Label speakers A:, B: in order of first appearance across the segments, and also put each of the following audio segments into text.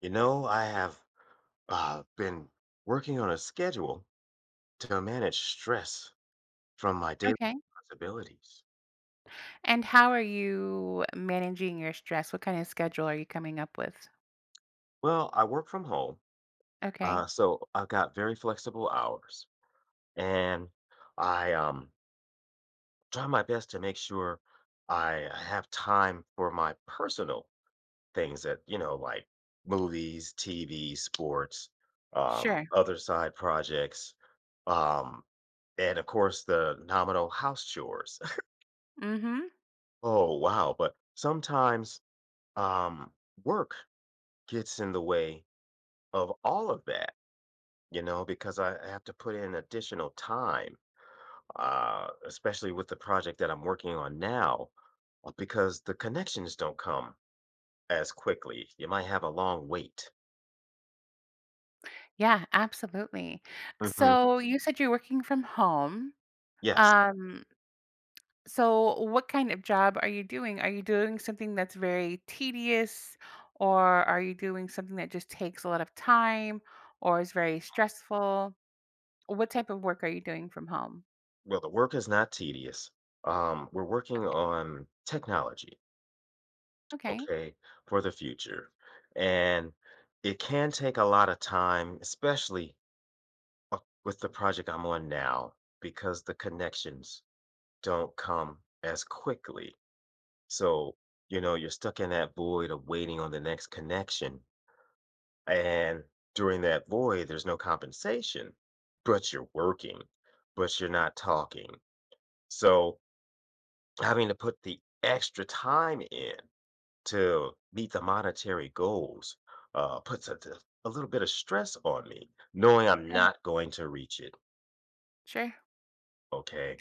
A: I have been working on a schedule to manage stress from my daily
B: Okay.
A: responsibilities.
B: And how are you managing your stress? What kind of schedule are you coming up with?
A: Well, I work from home,
B: Okay.
A: so I've got very flexible hours, and I try my best to make sure I have time for my personal things that, you know, like movies, TV, sports,
B: Sure.
A: other side projects, um, and of course, the nominal house chores.
B: Mhm.
A: Oh, wow. But sometimes um, work gets in the way of all of that, you know, because I have to put in additional time, especially with the project that I'm working on now, because the connections don't come as quickly. You might have a long wait.
B: Yeah, absolutely.
A: hmm
B: So, you said you're working from home.
A: Yes.
B: Um, so what kind of job are you doing? Are you doing something that's very tedious or are you doing something that just takes a lot of time or is very stressful? What type of work are you doing from home?
A: Well, the work is not tedious. We're working
B: Okay.
A: on technology,
B: Okay.
A: okay, for the future. And it can take a lot of time, especially uh, with the project I'm on now because the connections don't come as quickly. So, you know, you're stuck in that void of waiting on the next connection. And during that void, there's no compensation, but you're working, but you're not talking. So, having to put the extra time in to meet the monetary goals puts a little bit of stress on me, knowing I'm
B: Yeah.
A: not going to reach it.
B: Sure.
A: Okay.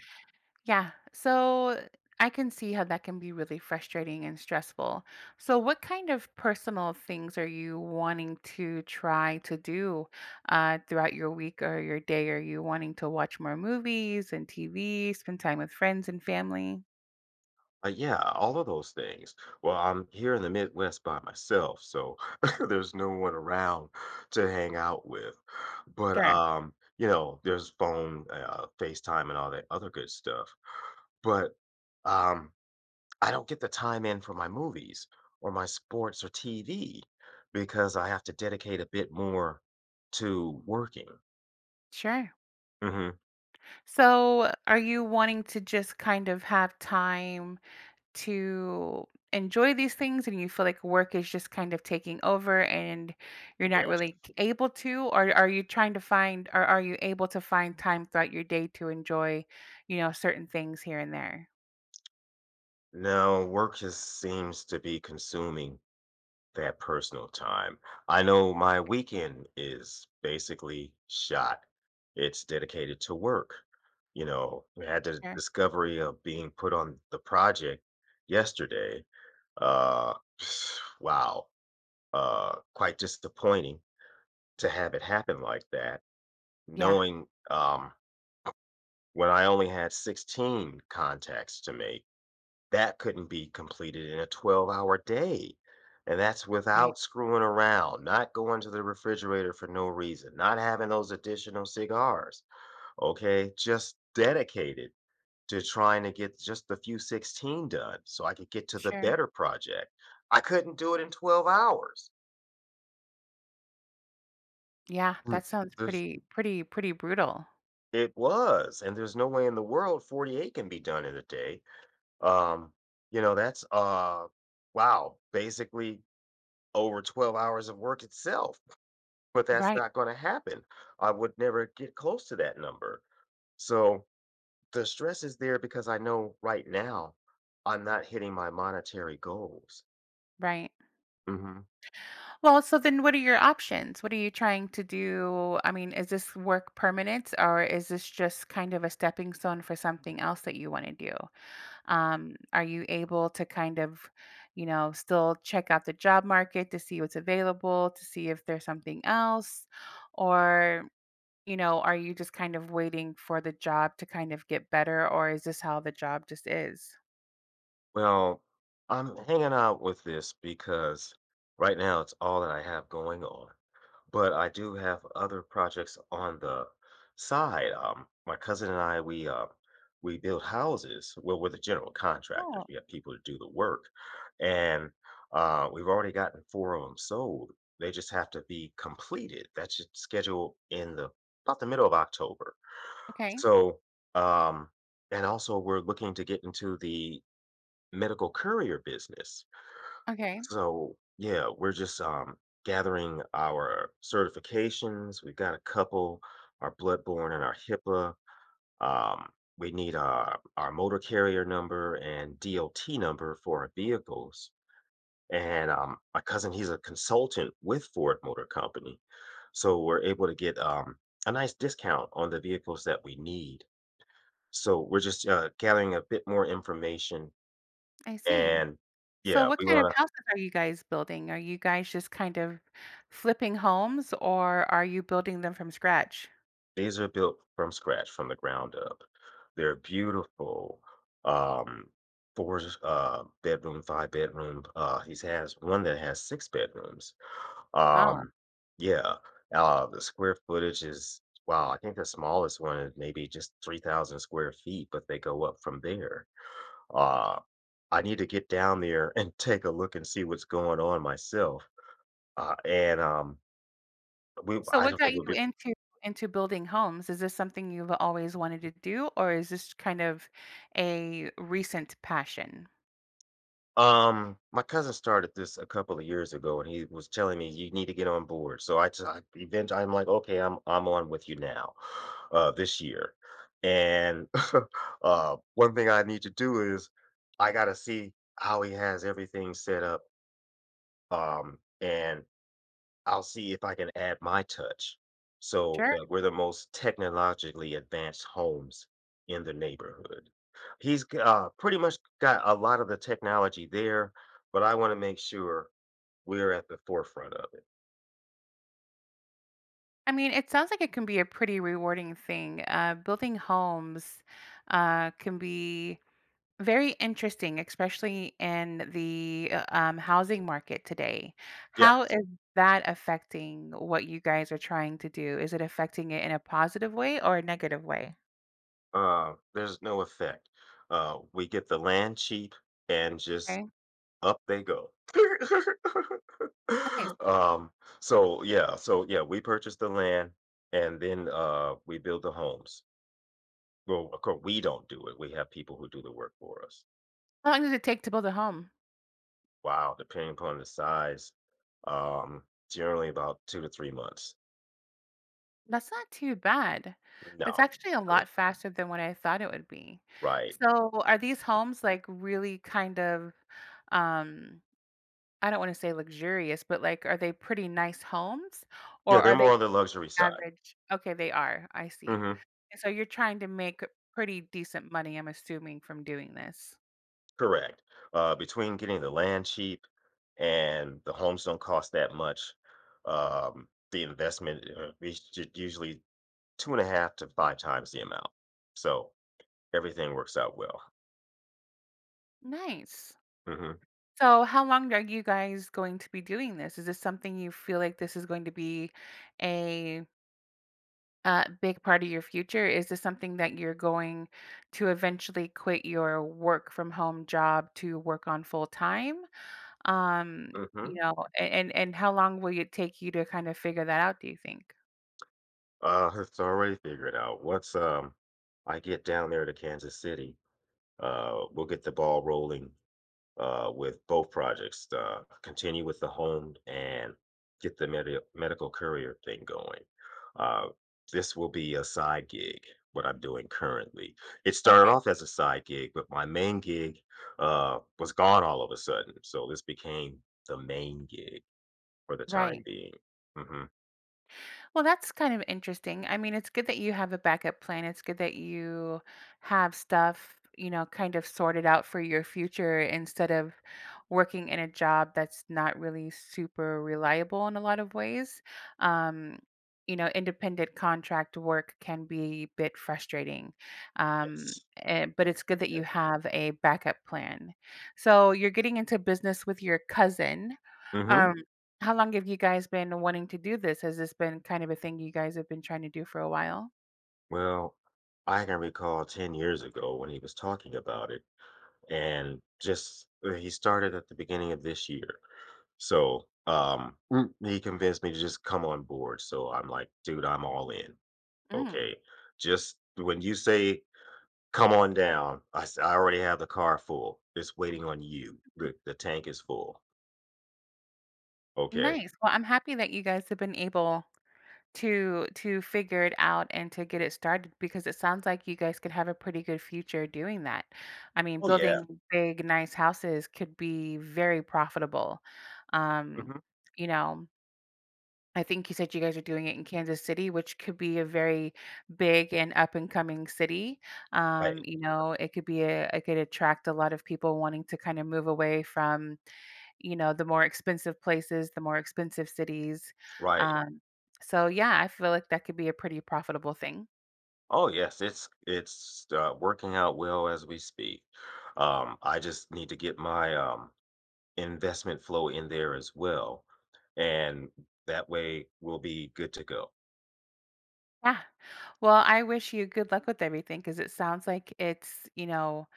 B: Yeah, so I can see how that can be really frustrating and stressful. So, what kind of personal things are you wanting to try to do throughout your week or your day? Are you wanting to watch more movies and TV, spend time with friends and family?
A: Yeah, all of those things. Well, I'm here in the Midwest by myself, so there's no one around to hang out with. But
B: Sure,
A: you know, there's phone, FaceTime, and all that other good stuff. But um, I don't get the time in for my movies or my sports or TV because I have to dedicate a bit more to working.
B: sure.
A: hmm
B: So, are you wanting to just kind of have time to enjoy these things and you feel like work is just kind of taking over and you're not
A: Yes.
B: really able to, or are you trying to find, or are you able to find time throughout your day to enjoy you know certain things here and there?
A: No, work just seems to be consuming that personal time. I know my weekend is basically shot. It's dedicated to work. You know, I had the
B: Sure.
A: discovery of being put on the project yesterday. Uh, wow. Quite disappointing to have it happen like that,
B: Yeah.
A: knowing um, when I only had 16 contacts to make that couldn't be completed in a 12-hour day, and that's
B: Right.
A: without screwing around, not going to the refrigerator for no reason, not having those additional cigars, okay? Just dedicated to trying to get just the few 16 done so I could get to the
B: Sure.
A: better project. I couldn't do it in 12 hours.
B: Yeah,
A: Mm,
B: that sounds
A: There's
B: pretty brutal.
A: it was, and there's no way in the world 48 can be done in a day. Um, you know, that's wow, basically over 12 hours of work itself, but that's
B: Right.
A: not gonna happen. I would never get close to that number. So, the stress is there because I know right now I'm not hitting my monetary goals.
B: Right.
A: Mhm.
B: Well, so then what are your options? What are you trying to do? I mean, is this work permanent, or is this just kind of a stepping stone for something else that you want to do? Are you able to kind of, you know, still check out the job market to see what's available, to see if there's something else? Or, you know, are you just kind of waiting for the job to kind of get better, or is this how the job just is?
A: Well, I'm hanging out with this because right now it's all that I have going on. But I do have other projects on the side. My cousin and I, we we build houses. Well, we're the general contractors.
B: Oh,
A: We have people to do the work, and we've already gotten four of them sold. They just have to be completed. That's just scheduled in the about the middle of October.
B: okay.
A: So, um, and also we're looking to get into the medical courier business,
B: Okay.
A: so yeah, we're just gathering our certifications. We've got a couple, our bloodborne and our HIPAA. Um, we need our motor carrier number and DOT number for our vehicles. And my cousin, he's a consultant with Ford Motor Company, so we're able to get a nice discount on the vehicles that we need. So we're just gathering a bit more information,
B: I see.
A: and
B: So,
A: yeah,
B: what
A: we
B: kind of
A: want to.
B: houses are you guys building? Are you guys just kind of flipping homes, or are you building them from scratch?
A: These are built from scratch, from the ground up. They're beautiful, um, 4, bedroom, 5 bedroom, he's has one that has 6 bedrooms.
B: Wow.
A: Um, yeah, the square footage is wow, I think the smallest one is maybe just 3,000 square feet, but they go up from there. Uh, I need to get down there and take a look and see what's going on myself, and, we
B: So
A: I
B: what
A: don't
B: got
A: think
B: you
A: we'll be.
B: into building homes? Is this something you've always wanted to do, or is this kind of a recent passion?
A: My cousin started this a couple of years ago, and he was telling me you need to get on board. So I eventually I'm like, okay, I'm on with you now, this year. And one thing I need to do is I gotta see how he has everything set up. And I'll see if I can add my touch so
B: Sure.
A: that we're the most technologically advanced homes in the neighborhood. He's pretty much got a lot of the technology there, but I want to make sure we're at the forefront of it.
B: I mean, it sounds like it can be a pretty rewarding thing. Building homes can be very interesting, especially in the housing market today.
A: Yes,
B: How is that affecting what you guys are trying to do? Is it affecting it in a positive way or a negative way?
A: there's no effect. We get the land cheap and just
B: Okay,
A: up they go.
B: nice.
A: um, so yeah, we purchased the land and then we build the homes. Well, of course, we don't do it. We have people who do the work for us.
B: How long does it take to build a home?
A: Wow, depending upon the size, um, generally about 2 to 3 months.
B: That's not too bad.
A: No,
B: That's actually a lot faster than what I thought it would be.
A: right?
B: So, are these homes like really kind of, um, I don't want to say luxurious, but like, are they pretty nice homes
A: Yeah,
B: or are
A: they're
B: they
A: more on the luxury side.
B: average? Okay, they are. I see.
A: hmm
B: And so you're trying to make pretty decent money, I'm assuming, from doing this.
A: Correct. Between getting the land cheap and the homes don't cost that much, the investment is usually two and a half to five times the amount. So everything works out well.
B: Nice.
A: hmm
B: So, how long are you guys going to be doing this? Is this something you feel like this is going to be a a big part of your future? Is this something that you're going to eventually quit your work from home job to work on full time? Um, you
A: hmm
B: know, and how long will it take you to kind of figure that out, do you think?
A: It's already figured out. Once I get down there to Kansas City, we'll get the ball rolling with both projects. Continue with the home and get the medical courier thing going. Uh, this will be a side gig. What I'm doing currently. It started
B: Okay.
A: off as a side gig, but my main gig was gone all of a sudden. So this became the main gig for the time
B: Right.
A: being. hmm
B: Well, that's kind of interesting. I mean, it's good that you have a backup plan. It's good that you have stuff, you know, kind of sorted out for your future instead of working in a job that's not really super reliable in a lot of ways. Um, you know, independent contract work can be a bit frustrating,
A: Yes.
B: but it's good that you have a backup plan. So you're getting into business with your cousin.
A: Mm-hmm.
B: Um, how long have you guys been wanting to do this? Has this been kind of a thing you guys have been trying to do for a while?
A: Well, I can recall 10 years ago when he was talking about it, and just he started at the beginning of this year. So, he convinced me to just come on board. So I'm like, dude, I'm all in.
B: Mm,
A: Okay. Just when you say come on down, I already have the car full. It's waiting on you. The tank is full. Okay.
B: nice. Well, I'm happy that you guys have been able to figure it out and to get it started because it sounds like you guys could have a pretty good future doing that. I mean,
A: Oh, yeah.
B: building big, nice houses could be very profitable. Um,
A: hmm
B: you know, I think you said you guys are doing it in Kansas City, which could be a very big and up and coming city.
A: Right.
B: You know, it could be a, it could attract a lot of people wanting to kind of move away from, you know, the more expensive places, the more expensive cities.
A: Right.
B: Um, so yeah, I feel like that could be a pretty profitable thing.
A: Oh yes, it's working out well as we speak. I just need to get my investment flow in there as well, and that way we'll be good to go.
B: Yeah. Well, I wish you good luck with everything because it sounds like it's, you know,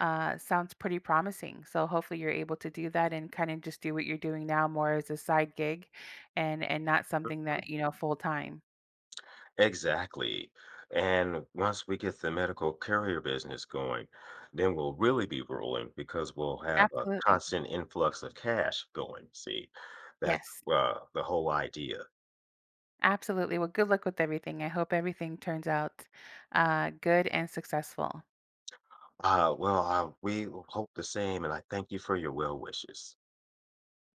B: sounds pretty promising. So hopefully you're able to do that and kind of just do what you're doing now more as a side gig and not something that, you know, full time.
A: Exactly. And once we get the medical carrier business going, then we'll really be rolling because we'll have a
B: Absolutely.
A: constant influx of cash going. See, that's
B: Yes.
A: the whole idea.
B: Absolutely. Well, good luck with everything. I hope everything turns out good and successful.
A: Well, we hope the same, and I thank you for your well wishes.